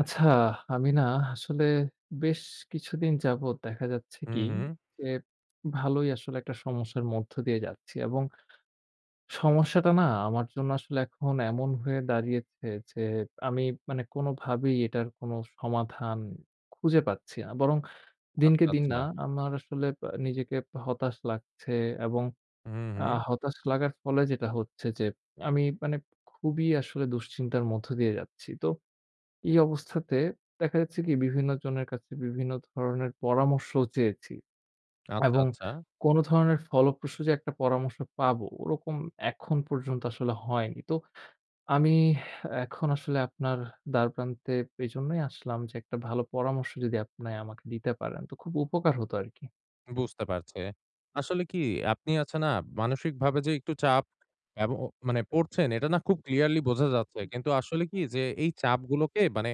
আচ্ছা, আমি না আসলে বেশ কিছুদিন যাবৎ দেখা যাচ্ছে হুম, কি হুম। যে, ভালোই আসলে একটা সমস্যার মধ্য দিয়ে যাচ্ছি এবং সমস্যাটা না আমার জন্য আসলে এখন এমন হয়ে দাঁড়িয়েছে যে, আমি মানে কোনোভাবেই এটার কোনো সমাধান খুঁজে পাচ্ছি না। বরং দিনকে আচ্ছা, দিন আচ্ছা। না আমার আসলে নিজেকে হতাশ লাগছে এবং হুম, আ হুম। হতাশ লাগার ফলে যেটা হচ্ছে যে, আমি মানে খুবই আসলে দুশ্চিন্তার মধ্য দিয়ে যাচ্ছি। তো এই অবস্থাতে দেখা যাচ্ছে কি বিভিন্ন জনের কাছে বিভিন্ন ধরনের পরামর্শ চেয়েছি আচ্ছা, এবং আচ্ছা। কোনো ধরনের ফলপ্রসূ যে একটা পরামর্শ পাবো ওরকম এখন পর্যন্ত আসলে হয়নি। তো আমি এখন আসলে আপনার দ্বারপ্রান্তে এজন্যই আসলাম যে একটা ভালো পরামর্শ যদি আপনি আমাকে দিতে পারেন তো খুব উপকার হতো আরকি। বুঝতে পারছি। আসলে কি আপনি আছে না মানসিকভাবে যে একটু চাপ এব ও মানে পড়ছেন এটা না খুব ক্লিয়ারলি বোঝা যাচ্ছে। কিন্তু আসলে কি যে এই চাপগুলোকে মানে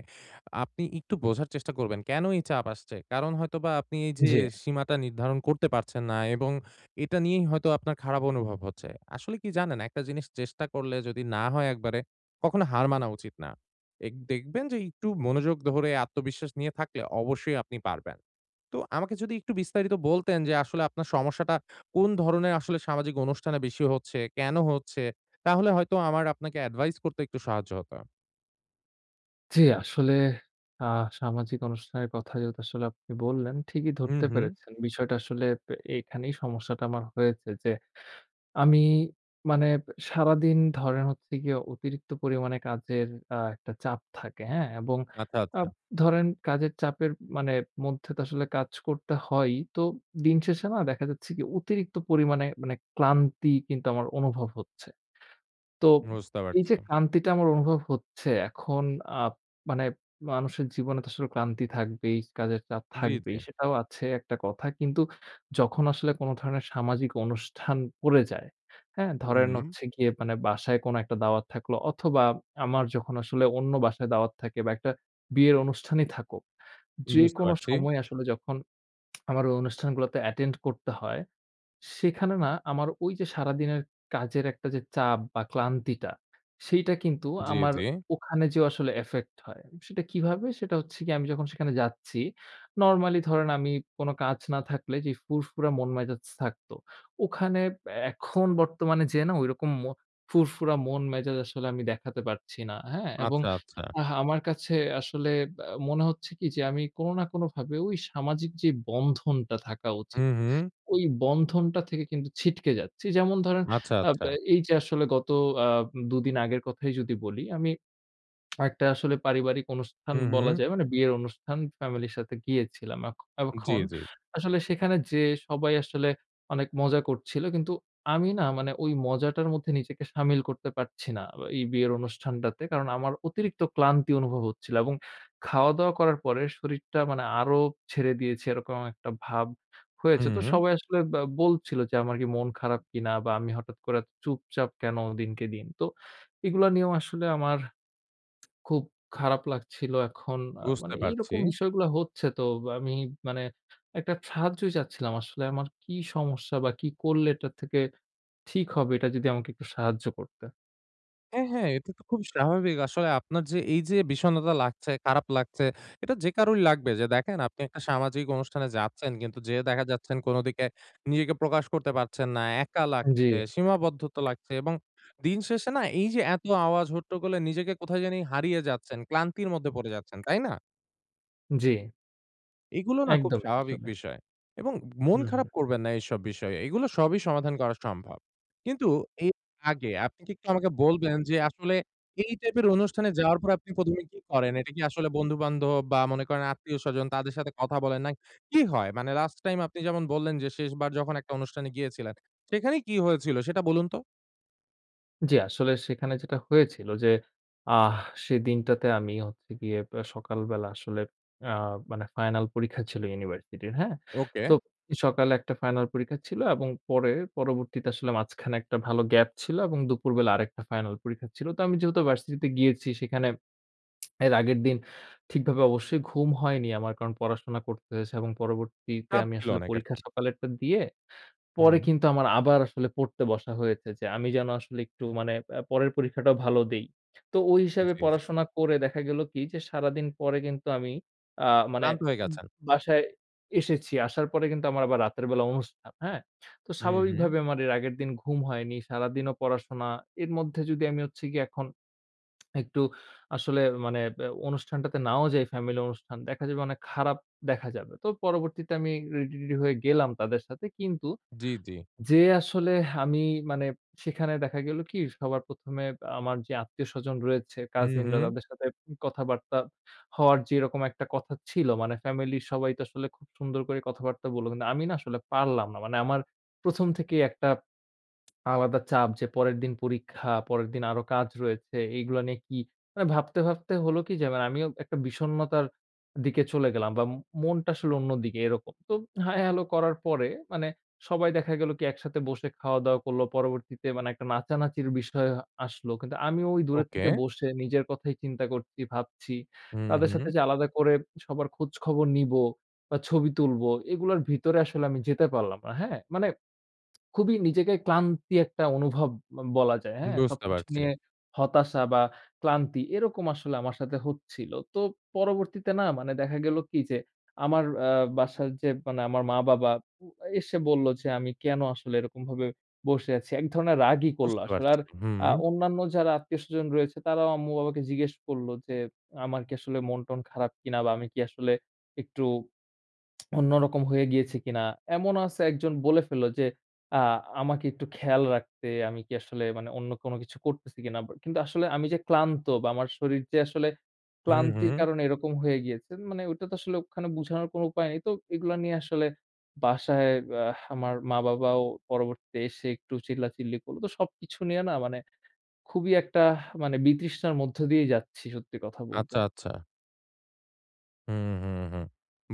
আপনি একটু বোঝার চেষ্টা করবেন। কেন এই চাপ আসছে? কারণ হয়তোবা আপনি এই যে জি। সীমাটা নির্ধারণ করতে পারছেন না এবং এটা নিয়েই হয়তো আপনার খারাপ অনুভব হচ্ছে। আসলে কি জানেন একটা জিনিস চেষ্টা করলে যদি না হয় একবারে কখনো হার মানা উচিত না। এক দেখবেন যে একটু মনোযোগ ধরে আত্মবিশ্বাস নিয়ে থাকলে অবশ্যই আপনি পারবেন। তো আমাকে যদি একটু বিস্তারিত বলতেন যে আসলে আপনার সমস্যাটা কোন ধরনের আসলে সামাজিক অনুষ্ঠানে বেশি হচ্ছে? কেন হচ্ছে? তাহলে হয়তো আমার আপনাকে এডভাইস করতে একটু সাহায্য হতো। জি, আসলে আ সামাজিক অনুষ্ঠানের কথা যেহেতু আসলে আপনি বললেন ঠিকই হুম, ধরতে হুম। পেরেছেন। বিষয়টা আসলে এ এখানেই সমস্যাটা আমার হয়েছে যে আমি মানে সারাদিন ধরেন হচ্ছে গিয়ে অতিরিক্ত পরিমাণে কাজের একটা চাপ থাকে, হ্যাঁ? এবং আচ্ছা, আ আচ্ছা। ধরেন কাজের চাপের মানে মধ্যে তো আসলে কাজ করতে হয়ই। তো দিন শেষে না দেখা যাচ্ছে কি অতিরিক্ত পরিমাণে মানে ক্লান্তি কিন্তু আমার অনুভব হচ্ছে। তো বুঝতে এই পারছি। যে ক্লান্তিটা আমার অনুভব হচ্ছে এখন আ মানে মানুষের জীবনে তো আসলে ক্লান্তি থাকবেই, কাজের চাপ জি, জি। থাকবেই, সেটাও আছে একটা কথা। কিন্তু যখন আসলে কোন ধরনের সামাজিক অনুষ্ঠান পড়ে যায়, হ্যাঁ? ধরেন হুম, হচ্ছে গিয়ে মানে বাসায় কোনো একটা দাওয়াত থাকলো অথবা আমার যখন আসলে অন্য বাসায় দাওয়াত থাকে বা একটা বিয়ের অনুষ্ঠানই থাকুক, বুঝতে যেকোনো পারছি। সময় আসলে যখন আমার ওই অনুষ্ঠানগুলোতে অ্যাটেন্ড করতে হয়, সেখানে না আমার ওই যে সারাদিনের কাজের একটা যে চাপ বা ক্লান্তিটা, সেইটা কিন্তু জি, আমার জি। ওখানে যেয়েও আসলে এফেক্ট হয়। সেটা কিভাবে? সেটা হচ্ছে গিয়ে আমি যখন সেখানে যাচ্ছি, নরমালি ধরেন আমি কোন কাজ না থাকলে যে ফুরফুরা মন মেজাজ থাকতো, ওখানে এখন বর্তমানে যেয়ে না ঐরকম ফুরফুরা মন মেজাজ আসলে আমি দেখাতে পারছি না। হ্যাঁ? এবং আচ্ছা, আচ্ছা। আমার কাছে আসলে মনে হচ্ছে কি যে আমি কোন না কোনভাবে ওই সামাজিক যে বন্ধনটা থাকা উচিত, হুম, হুম। ওই বন্ধনটা থেকে কিন্তু ছিটকে যাচ্ছি। যেমন ধরেন, আচ্ছা, আচ্ছা। বা এই যে আসলে গত আ ২ দিন আগের কথাই যদি বলি, আমি একটা আসলে পারিবারিক অনুষ্ঠান হুম, বলা হুম। যায়। মানে বিয়ের অনুষ্ঠান ফ্যামিলির সাথে গিয়েছিলাম। জি, এখন জি। আসলে সেখানে যেয়ে সবাই আসলে অনেক মজা করছিল। কিন্তু আমি না মানে ওই মজাটার মধ্যে নিজেকে সামিল করতে পারছি না এই বিয়ের অনুষ্ঠানটাতে। কারণ আমার অতিরিক্ত ক্লান্তি অনুভব হচ্ছিল এবং খাওয়া-দাওয়া করার পরে শরীরটা মানে আরো ছেড়ে দিয়েছে এরকম একটা ভাব হয়েছে। তো হুম, সবাই আসলে বা বলছিল যে আমার কি মন খারাপ কিনা বা আমি হঠাৎ করে এত চুপচাপ কেন দিনকে দিন। তো এগুলা নিয়েও আসলে আমার খুব খারাপ লাগছিল এখন। বুঝতে মানে পারছি। এইরকম বিষয়গুলা হচ্ছে, তো আমি মানে একটা সাহায্যই চাচ্ছিলাম আসলে আমার কি সমস্যা বা কি করলে এটা থেকে ঠিক হবে, এটা যদি আমাকে একটু সাহায্য করতেন। হ্যাঁ, হ্যাঁ, এটা তো খুব স্বাভাবিক। আসলে আপনার যে এই যে বিষণ্ণতা লাগছে, খারাপ লাগছে, এটা যে কারোরই লাগবে। যে দেখেন আপনি একটা সামাজিক অনুষ্ঠানে যাচ্ছেন কিন্তু যেয়ে দেখা যাচ্ছেন কোন দিকে নিজেকে প্রকাশ করতে পারছেন না, একা জি। লাগছে, সীমাবদ্ধতা লাগছে এবং দিন শেষে না এই যে এত আওয়াজ, হট্টগোলে নিজেকে কোথায় জানি হারিয়ে যাচ্ছেন, ক্লান্তির মধ্যে পড়ে যাচ্ছেন, তাই না? জি, এগুলো না খুব একদমই স্বাভাবিক আসলে। বিষয় এবং মন হুম, খারাপ হুম। করবেন না এইসব বিষয়ে। এগুলো সবই সমাধান করা সম্ভব। কিন্তু এর আগে আপনি কি একটু আমাকে বলবেন যে আসলে এই টাইপের অনুষ্ঠানে যাওয়ার পর আপনি ১ম এ কি করেন? এটা কি আসলে বন্ধু-বান্ধব বা মনে করেন আত্মীয়স্বজন তাদের সাথে কথা বলেন না কি হয়? মানে লাস্ট টাইম আপনি যেমন বললেন যে শেষবার যখন একটা অনুষ্ঠানে গিয়েছিলেন, সেখানে কি হয়েছিল সেটা বলুন তো? জি, আসলে সেখানে যেটা হয়েছিল যে, আহ সেদিনটাতে আমি হচ্ছে গিয়ে সকালবেলা আসলে আ মানে ফাইনাল পরীক্ষা ছিল ইউনিভার্সিটির, হ্যাঁ? ওকে, তো সকালে একটা ফাইনাল পরীক্ষা ছিল এবং পরে পরবর্তীতে আসলে মাঝখানে একটা ভালো গ্যাপ ছিল এবং দুপুরবেলা আরেকটা ফাইনাল পরীক্ষা ছিল। তো আমি যেহেতু ভার্সিটিতে গিয়েছি সেখানে, এর আগের দিন ঠিকভাবে অবশ্যই ঘুম হয়নি আমার। কারণ পড়াশোনা করতে হয়েছে এবং পরবর্তীতে চাপ আমি ছিল আসলে অনেক পরীক্ষা আরকি। সকালেরটা দিয়ে হুম, পরে কিন্তু আমার আবার আসলে পড়তে বসা হয়েছে যে, আমি যেন আসলে একটু মানে পরের পরীক্ষাটাও ভালো দেই। তো ওই হিসাবে জি, জি। পড়াশোনা করে দেখা গেল কি যে, সারাদিন পরে কিন্তু আমি আ মানে ক্লান্ত হয়ে উম গেছেন। বাসায় এসেছি। আসার পরে কিন্তু আমার আবার রাতের বেলা অনুষ্ঠান, হ্যাঁ? তো হুম, হুম। স্বাভাবিকভাবে আমার এর আগের দিন ঘুম হয়নি, সারাদিনও পড়াশোনা। এর মধ্যে যদি আমি হচ্ছে গিয়ে এখন একটু আসলে মানে অনুষ্ঠানটাতে নাও যাই, ফ্যামিলি অনুষ্ঠান, দেখা যাবে অনেক খারাপ দেখা যাবে। তো পরবর্তীতে আমি রেডি-টেডি হয়ে গেলাম তাদের সাথে। কিন্তু জি, জি। যে আসলে আমি মানে সেখানে দেখা গেল কি সবার ১ম এ আমার যে আত্মীয়স্বজন রয়েছে, হুম, কাজিনরা হুম। তাদের সাথে কথাবার্তা হওয়ার যেরকম একটা কথা ছিল, মানে ফ্যামিলির সবাই তো আসলে খুব সুন্দর করে কথাবার্তা বলল। কিন্তু আমি না আসলে পারলাম না। মানে আমার ১ম থেকেই একটা আলাদা চাপ যে পরের দিন পরীক্ষা, পরের দিন আরো কাজ রয়েছে। এইগুলা নিয়ে কি মানে ভাবতে, ভাবতে হলো কি যে মানে আমিও একটা বিষণ্ণতার দিকে চলে গেলাম বা মনটা আসলে অন্যদিকে এরকম। তো হাই হেলো করার পরে মানে সবাই দেখা গেল কি একসাথে বসে খাওয়া-দাওয়া করলো। পরবর্তীতে মানে একটা নাচানাচির বিষয় আসলো। কিন্তু আমি ওই দূরের ওকে। থেকে বসে নিজের কথাই চিন্তা করছি, ভাবছি। হুম, তাদের হুম। সাথে যে আলাদা করে সবার খোঁজখবর নিবো বা ছবি তুলবো, এগুলার ভিতরে আসলে আমি যেতে পারলাম না। হ্যাঁ? মানে খুবই নিজেকে ক্লান্তি একটা অনুভব, বলা যায়, হ্যাঁ? বুঝতে সবকিছু পারছি, নিয়ে হতাশা বা ক্লান্তি এরকম আসলে আমার সাথে হচ্ছিল। তো পরবর্তীতে না মানে দেখা গেল কি যে আমার বাসার যে মানে আমার মা-বাবা উ এসে বলল যে আমি কেন আসলে এরকমভাবে বসে আছি। এক ধরনের রাগই করল বুঝতে আসলে। পারছি। আর হুম, অন্যান্য যারা আত্মীয়স্বজন রয়েছে তারাও আম্মু-বাবাকে জিজ্ঞেস করল যে আমার কি আসলে মন-টন খারাপ কিনা বা আমি কি আসলে একটু অন্যরকম হয়ে গিয়েছি কিনা। এমন আছে একজন বলে ফেলল যে, আ আমাকে একটু খেয়াল রাখতে, আমি কি আসলে মানে অন্য কোনো কিছু করতেছি কিনা। বা কিন্তু আসলে আমি যে ক্লান্ত বা আমার শরীর যে আসলে হুম, ক্লান্তির হুম। কারণে এরকম হয়ে গিয়েছে, মানে ওইটা তো আসলে ওখানে বুঝানোর কোনো উপায় নেই। তো এগুলা নিয়ে আসলে বাসায় আমার মা-বাবাও পরবর্তীতে এসে একটু চিল্লাচিল্লি করল। তো সবকিছু নিয়ে না মানে খুবই একটা মানে বিতৃষ্ণার মধ্য দিয়েই যাচ্ছি সত্যি কথা বলতে। আচ্ছা, আচ্ছা। হুম, হুম, হুম।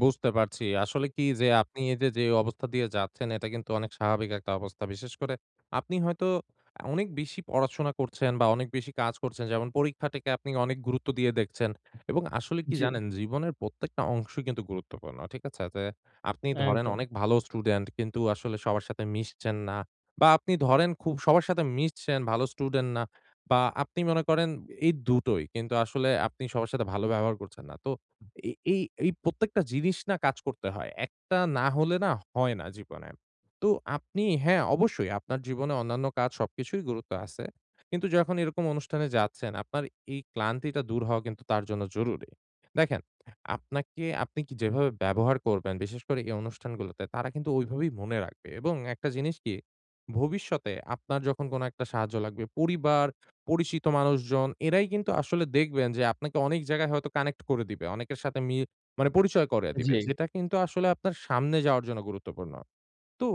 বুঝতে পারছি। আসলে কি যে আপনি এই যে, যে অবস্থা দিয়ে যাচ্ছেন এটা কিন্তু অনেক স্বাভাবিক একটা অবস্থা। বিশেষ করে আপনি হয়তো অনেক বেশি পড়াশোনা করছেন বা অনেক বেশি কাজ করছেন। যেমন পরীক্ষাটাকে আপনি অনেক গুরুত্ব দিয়ে দেখছেন। এবং আসলে কি জি, জানেন জীবনের প্রত্যেকটা অংশই কিন্তু গুরুত্বপূর্ণ। ঠিক আছে? যে আপনি ধরেন একদম। অনেক ভালো স্টুডেন্ট কিন্তু আসলে সবার সাথে মিশছেন না। বা আপনি ধরেন খুব সবার সাথে মিশছেন, ভালো স্টুডেন্ট না। বা আপনি মনে করেন এই দুটোই। কিন্তু আসলে আপনি সবার সাথে ভালো ব্যবহার করছেন না। তো এ এই এই প্রত্যেকটা জিনিস না কাজ করতে হয়। একটা না হলে না হয় না জীবনে। তো আপনি হ্যাঁ, অবশ্যই আপনার জীবনে অন্যান্য কাজ সবকিছুই গুরুত্ব আছে। কিন্তু যখন এরকম অনুষ্ঠানে যাচ্ছেন আপনার এই ক্লান্তিটা দূর হওয়া কিন্তু তার জন্য জরুরি। দেখেন, আপনাকে আপনি কি যেভাবে ব্যবহার করবেন বিশেষ করে এই অনুষ্ঠানগুলোতে তারা কিন্তু ওইভাবেই মনে রাখবে এবং একটা জিনিস কি ভবিষ্যতে আপনার যখন কোনো একটা সাহায্য লাগবে পরিবার পরিচিত মানুষজন এরাই কিন্তু আসলে দেখবেন যে আপনাকে অনেক জায়গায় হয়তো কানেক্ট করে দিবে। অনেকের সাথে মানে পরিচয় করায়ে দিবে। জি, যেটা কিন্তু আসলে আপনার সামনে যাওয়ার জন্য গুরুত্বপূর্ণ। তো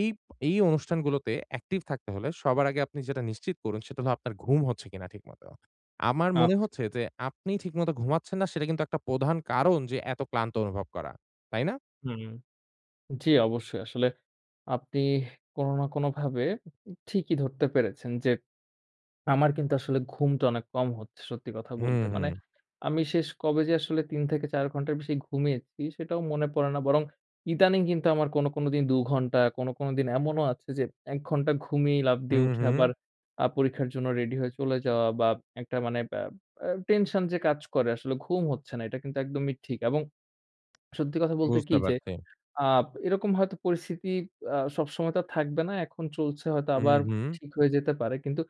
এই এই অনুষ্ঠানগুলোতে অ্যাক্টিভ থাকতে হলে সবার আগে আপনি যেটা নিশ্চিত করুন সেটা হলো আপনার ঘুম হচ্ছে কিনা ঠিকমতো। আমার মনে আচ্ছা। হচ্ছে যে আপনি ঠিকমতো ঘুমাচ্ছেন না সেটা কিন্তু একটা প্রধান কারণ যে এত ক্লান্ত অনুভব করা। তাই না? হুম, জি অবশ্যই আসলে আপনি কোনো না কোনোভাবে ঠিকই ধরতে পেরেছেন যে, আমার কিন্তু আসলে ঘুমটা অনেক কম হচ্ছে সত্যি কথা হুম, বলতে। মানে হুম। আমি শেষ কবে যে আসলে ৩ থেকে ৪ ঘন্টার বেশি ঘুমিয়েছি সেটাও মনে পড়ে না। বরং ইদানিং কিন্তু আমার কোনো, কোনো দিন ২ ঘন্টা, কোনো, কোনো দিন এমনও আছে যে ১ ঘন্টা ঘুমিয়ে লাফ দিয়ে হুম, উঠে হুম। আবার পরীক্ষার জন্য রেডি হয়ে চলে যাওয়া, বা একটা মানে ব্যা আ টেনশন যে কাজ করে আসলে ঘুম হচ্ছে না, এটা কিন্তু একদমই ঠিক। এবং সত্যি কথা বলতে কি বুঝতে যে পারছি। এরকম হয়তো পরিস্থিতি সবসময় তো আর থাকবে না। এখন চলছে, হয়তো হুম, আবার হুম। ঠিক হয়ে যেতে পারে। কিন্তু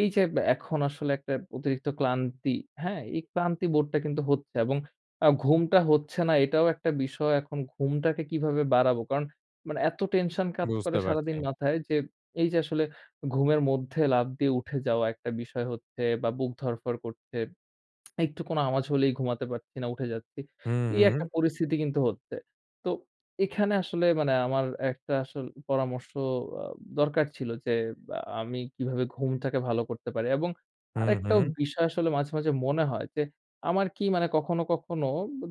এই যে এখন আসলে একটা অতিরিক্ত ক্লান্তি, হ্যাঁ? এই ক্লান্তি বোধটা কিন্তু হচ্ছে এবং ঘুমটা হচ্ছে না, এটাও একটা বিষয়। এখন ঘুমটাকে কিভাবে বাড়াবো? কারণ মানে এত টেনশন কাজ করে বুঝতে পারছি। সারাদিন মাথায় যে এই যে আসলে ঘুমের মধ্যে লাফ দিয়ে উঠে যাওয়া একটা বিষয় হচ্ছে বা বুক ধড়ফড় করছে। একটু কোনো আওয়াজ হলেই ঘুমাতে পারছি না, উঠে যাচ্ছি। হুম, এই হুম। একটা পরিস্থিতি কিন্তু হচ্ছে। তো এখানে আসলে মানে আমার একটা আসল পরামর্শ আ দরকার ছিল যে আমি কিভাবে ঘুমটাকে ভালো করতে পারি এবং হুম, আরেকটাও হুম। বিষয় আসলে মাঝে, মাঝে মনে হয় যে আমার কি মানে কখনো, কখনো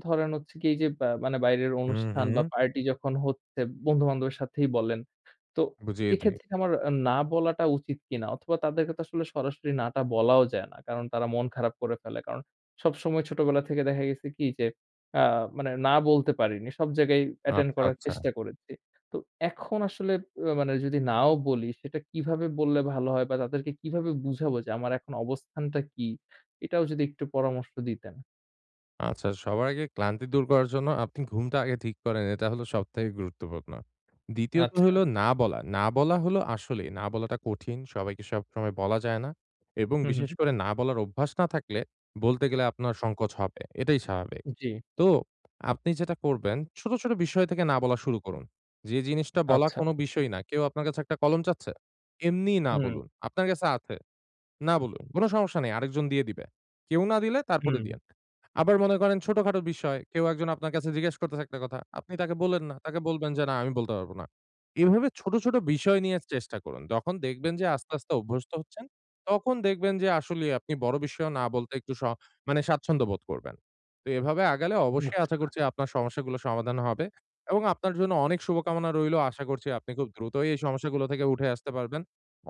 ধরেন হচ্ছে কি এই যে বা মানে বাইরের হুম, অনুষ্ঠান হুম। বা পার্টি যখন হচ্ছে বন্ধু-বান্ধবের সাথেই বলেন। তো জি, জি। এক্ষেত্রে কি আমার না বলাটা উচিত কিনা? অথবা তাদেরকে তো আসলে সরাসরি না টা বলাও যায় না। কারণ তারা মন খারাপ করে ফেলে। কারণ সবসময় ছোটবেলা থেকে দেখা গেছে কি যে, আ মানে না বলতে পারিনি। সব জায়গায় অ্যাটেন্ড আচ্ছা, করার আচ্ছা। চেষ্টা করেছি। তো এখন আসলে মানে যদি নাও বলি, সেটা কিভাবে বললে ভালো হয় বা তাদেরকে কিভাবে বুঝাবো যে আমার এখন অবস্থানটা কি? এটাও যদি একটু পরামর্শ দিতেন। আচ্ছা, সবার আগে ক্লান্তি দূর করার জন্য আপনি ঘুমটা আগে ঠিক করেন। এটা হলো সবথেকে গুরুত্বপূর্ণ। দ্বিতীয়ত আচ্ছা। হলো না বলা। না বলা হলো আসলেই না বলাটা কঠিন। সবাইকে সবসময় বলা যায় না। এবং হু, বিশেষ হু। করে না বলার অভ্যাস না থাকলে বলতে গেলে আপনার সংকোচ হবে। এটাই স্বাভাবিক। জি। তো আপনি যেটা করবেন ছোট, ছোট বিষয় থেকে না বলা শুরু করুন। যে জিনিসটা বলা আচ্ছা। কোনো বিষয় না। কেউ আপনার কাছে একটা কলম চাচ্ছে? এমনিই না হুম, বলুন। আপনার কাছে আছে। না বলুন, "কোনো সমস্যা নেই, আরেকজন দিয়ে দিবে। কেউ না দিলে তারপরে হুম। দিয়েন।" আবার মনে করেন ছোটখাটো বিষয়, কেউ একজন আপনার কাছে জিজ্ঞেস করতেছে একটা কথা, আপনি তাকে বললেন না। তাকে বলবেন যে, "না, আমি বলতে পারব না।" এভাবে ছোট, ছোট বিষয় নিয়ে চেষ্টা করুন। যখন দেখবেন যে আস্তে, আস্তে অভ্যস্ত হচ্ছেন, তখন দেখবেন যে আসলেই আপনি বড় বিষয়েও না বলতে একটু মানে স্বাচ্ছন্দ্য বোধ করবেন। তো এভাবে আগালে অবশ্যই আশা আচ্ছা। করছি আপনার সমস্যাগুলো সমাধান হবে এবং আপনার জন্য অনেক শুভকামনা রইল। আশা করছি আপনি খুব দ্রুতই এই সমস্যাগুলো থেকে উঠে আসতে পারবেন।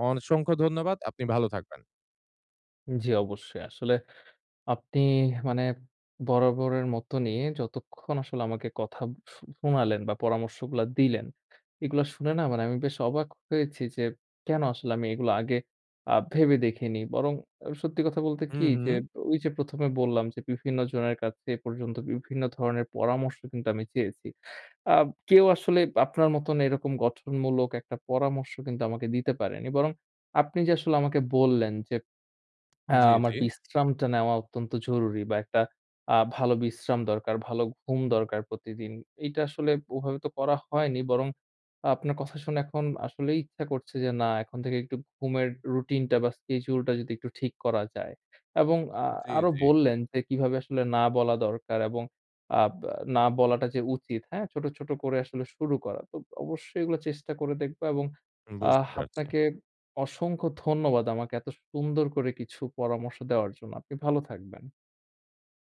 অসংখ্য ধন্যবাদ। আপনি ভালো থাকবেন। জি, অবশ্যই। আসলে আপনি মানে বরাবরের মতনই যতক্ষণ আসলে আমাকে কথা শোনালেন বা পরামর্শগুলা দিলেন, এগুলা শুনে না মানে আমি বেশ অবাক হয়েছি যে কেন আসলে আমি এগুলো আগে ভেবে দেখিনি। বরং সত্যি কথা বলতে কি হুম, যে হুম। ওই যে ১ম এ বললাম যে বিভিন্ন জনের কাছে এ পর্যন্ত বিভিন্ন ধরনের পরামর্শ কিন্তু আমি চেয়েছি। আ কেউ আসলে আপনার মতন এরকম গঠনমূলক একটা পরামর্শ কিন্তু আমাকে দিতে পারেনি। বরং আপনি যে আসলে আমাকে বললেন যে হ্যাঁ, জি, আমার জি। বিশ্রামটা নেওয়া অত্যন্ত জরুরি বা একটা ভালো বিশ্রাম দরকার, ভালো ঘুম দরকার প্রতিদিন। এইটা আসলে ওভাবে তো করা হয়নি। বরং আপনার কথা শুনে এখন আসলেই ইচ্ছা করছে যে না, এখন থেকে একটু ঘুমের রুটিনটা বা স্কেডিউলটা যদি একটু ঠিক করা যায়। এবং আ জি, আরো জি। বললেন যে কিভাবে আসলে না বলা দরকার এবং বা না বলাটা যে উচিত, হ্যাঁ? ছোট, ছোট করে আসলে শুরু করা। তো অবশ্যই এগুলো চেষ্টা করে দেখবো এবং বুঝতে পারছি। আপনাকে অসংখ্য ধন্যবাদ আমাকে এত সুন্দর করে কিছু পরামর্শ দেওয়ার জন্য। আপনি ভালো থাকবেন।